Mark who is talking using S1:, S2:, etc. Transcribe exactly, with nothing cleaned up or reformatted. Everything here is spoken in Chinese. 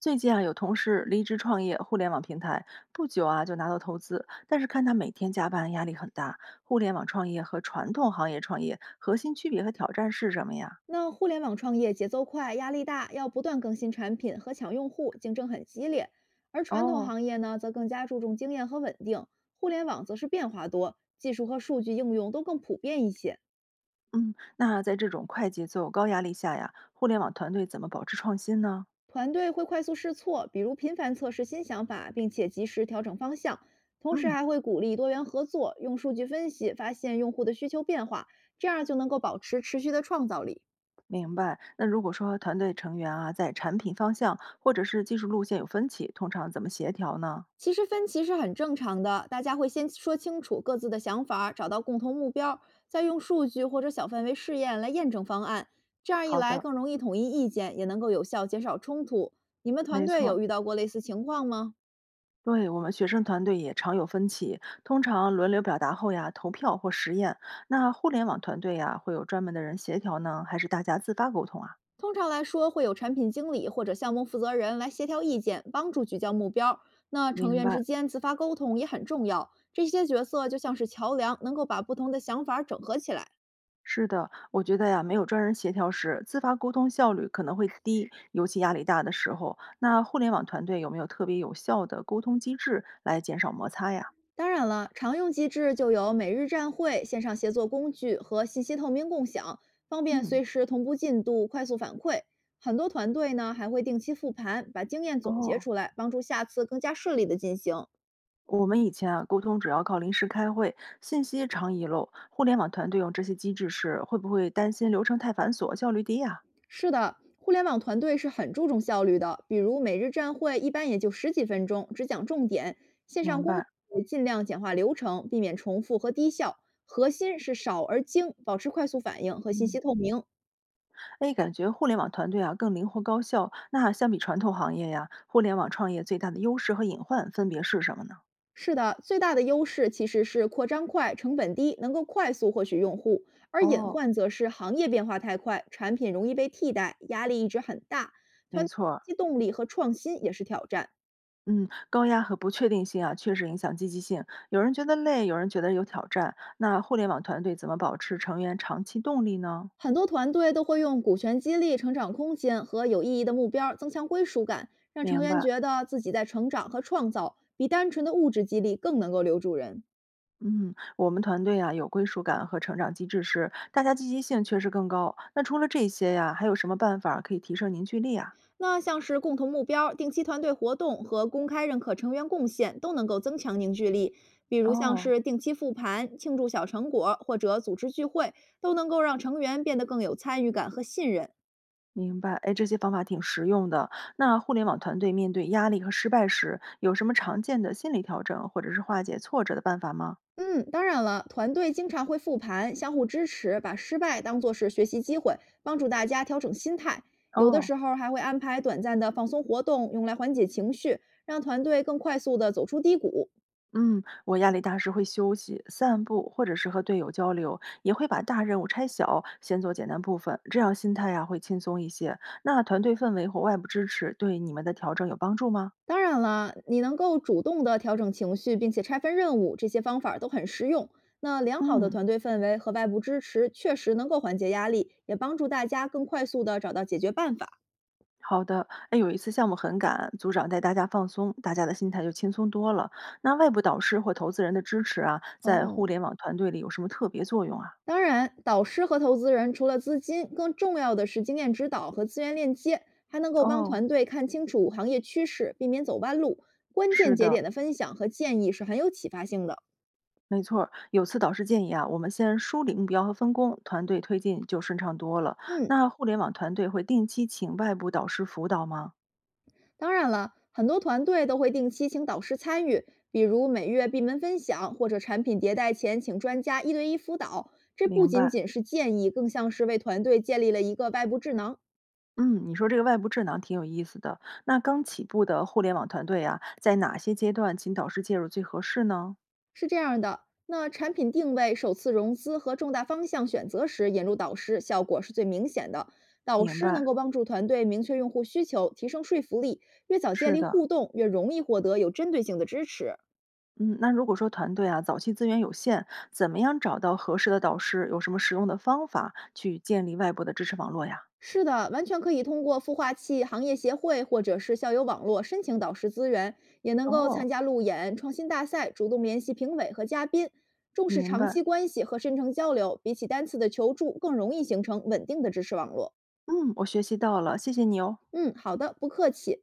S1: 最近啊，有同事离职创业互联网平台，不久啊就拿到投资，但是看他每天加班，压力很大。互联网创业和传统行业创业核心区别和挑战是什么呀？
S2: 那互联网创业节奏快，压力大，要不断更新产品和抢用户，竞争很激烈。而传统
S1: 哦。
S2: 行业呢，则更加注重经验和稳定，互联网则是变化多，技术和数据应用都更普遍一些。
S1: 嗯。那在这种快节奏、高压力下呀，互联网团队怎么保持创新呢？
S2: 团队会快速试错，比如频繁测试新想法，并且及时调整方向。同时
S1: 嗯。
S2: 还会鼓励多元合作，用数据分析发现用户的需求变化，这样就能够保持持续的创造力。
S1: 明白。那如果说团队成员啊在产品方向或者是技术路线有分歧，通常怎么协调呢？
S2: 其实分歧是很正常的，大家会先说清楚各自的想法，找到共同目标，再用数据或者小范围试验来验证方案。这样一
S1: 好
S2: 来，
S1: 的。
S2: 更容易统一意见，也能够有效减少冲突。你们团
S1: 没
S2: 队
S1: 错，
S2: 有遇到过类似情况吗？
S1: 对我们学生团队也常有分歧，通常轮流表达后呀，投票或实验。那互联网团队呀，会有专门的人协调呢，还是大家自发沟通啊？
S2: 通常来说，会有产品经理或者项目负责人来协调意见，帮助聚焦目标。那成
S1: 明
S2: 员
S1: 白，
S2: 之间自发沟通也很重要，这些角色就像是桥梁，能够把不同的想法整合起来。
S1: 是的，我觉得呀，没有专人协调时，自发沟通效率可能会低，尤其压力大的时候。那互联网团队有没有特别有效的沟通机制来减少摩擦呀？
S2: 当然了，常用机制就有每日站会、线上协作工具和信息透明共享，方便
S1: 嗯。
S2: 随时同步进度、快速反馈。很多团队呢还会定期复盘，把经验总结
S1: 哦。
S2: 出来，帮助下次更加顺利的进行。
S1: 我们以前啊，沟通主要靠临时开会，信息常遗漏。互联网团队用这些机制时，会不会担心流程太繁琐，效率低呀、
S2: 是的，互联网团队是很注重效率的，比如每日站会一般也就十几分钟，只讲重点；线上
S1: 明
S2: 工
S1: 白。
S2: 也尽量简化流程，避免重复和低效。核心是少而精，保持快速反应和信息
S1: 嗯。
S2: 透明。
S1: 哎，感觉互联网团队啊更灵活高效。那相比传统行业呀，互联网创业最大的优势和隐患分别是什么呢？
S2: 是的，最大的优势其实是扩张快、成本低，能够快速获取用户；而隐
S1: 哦。
S2: 患则是行业变化太快，产品容易被替代，压力一直很大。
S1: 没
S2: 团
S1: 错儿。
S2: 队动力和创新也是挑战。
S1: 嗯，高压和不确定性啊，确实影响积极性。有人觉得累，有人觉得有挑战。那互联网团队怎么保持成员长期动力呢？
S2: 很多团队都会用股权激励、成长空间和有意义的目标增强归属感，让成
S1: 明
S2: 员
S1: 白。
S2: 觉得自己在成长和创造，比单纯的物质激励更能够留住人。
S1: 嗯，我们团队呀、有归属感和成长机制时，大家积极性确实更高。那除了这些呀，还有什么办法可以提升凝聚力啊？
S2: 那像是共同目标、定期团队活动和公开认可成员贡献，都能够增强凝聚力。比如像
S1: 哦。
S2: 是定期复盘、庆祝小成果，或者组织聚会，都能够让成员变得更有参与感和信任。
S1: 明白。哎，这些方法挺实用的。那互联网团队面对压力和失败时，有什么常见的心理调整或者是化解挫折的办法吗？
S2: 嗯，当然了，团队经常会复盘，相互支持，把失败当作是学习机会，帮助大家调整心态。有的
S1: 哦。
S2: 时候还会安排短暂的放松活动，用来缓解情绪，让团队更快速地走出低谷。
S1: 嗯，我压力大时会休息、散步，或者是和队友交流，也会把大任务拆小，先做简单部分，这样心态呀、会轻松一些。那团队氛围和外部支持对你们的调整有帮助吗？
S2: 当然了，你能够主动地调整情绪，并且拆分任务，这些方法儿都很实用。那良好的
S1: 嗯。
S2: 团队氛围和外部支持确实能够缓解压力，也帮助大家更快速地找到解决办法。
S1: 好的。哎，有一次项目很赶，组长带大家放松，大家的心态就轻松多了。那外部导师或投资人的支持啊，在
S2: 哦，
S1: 互联网团队里有什么特别作用啊？
S2: 当然，导师和投资人除了资金，更重要的是经验指导和资源链接，还能够帮
S1: 哦。
S2: 团队看清楚行业趋势，避免走弯路。关键
S1: 是
S2: 节
S1: 的。
S2: 点的分享和建议是很有启发性的。
S1: 没错儿，有次导师建议啊，我们先梳理目标和分工，团队推进就顺畅多了。
S2: 嗯，
S1: 那互联网团队会定期请外部导师辅导吗？
S2: 当然了，很多团队都会定期请导师参与，比如每月闭门分享，或者产品迭代前请专家一对一辅导。这不
S1: 明
S2: 仅
S1: 白。
S2: 仅是建议，更像是为团队建立了一个外部智囊。
S1: 嗯，你说这个外部智囊挺有意思的。那刚起步的互联网团队啊，在哪些阶段请导师介入最合适呢？
S2: 是这样的，那产品定位、首次融资和重大方向选择时引入导师，效果是最明显的。导
S1: 明
S2: 师
S1: 白，
S2: 能够帮助团队明确用户需求，提升说服力，越早建
S1: 是
S2: 立
S1: 的。
S2: 互动，越容易获得有针对性的支持。
S1: 嗯，那如果说团队啊早期资源有限，怎么样找到合适的导师？有什么实用的方法去建立外部的支持网络呀？
S2: 是的，完全可以通过孵化器行业协会或者是校友网络申请导师资源，也能够
S1: 哦。
S2: 参加路演、创新大赛，主动联系评委和嘉宾，重视
S1: 明
S2: 长
S1: 白。
S2: 期关系和深层交流，比起单次的求助更容易形成稳定的知识网络。
S1: 嗯，我学习到了，谢谢你哦。
S2: 嗯，好的，不客气。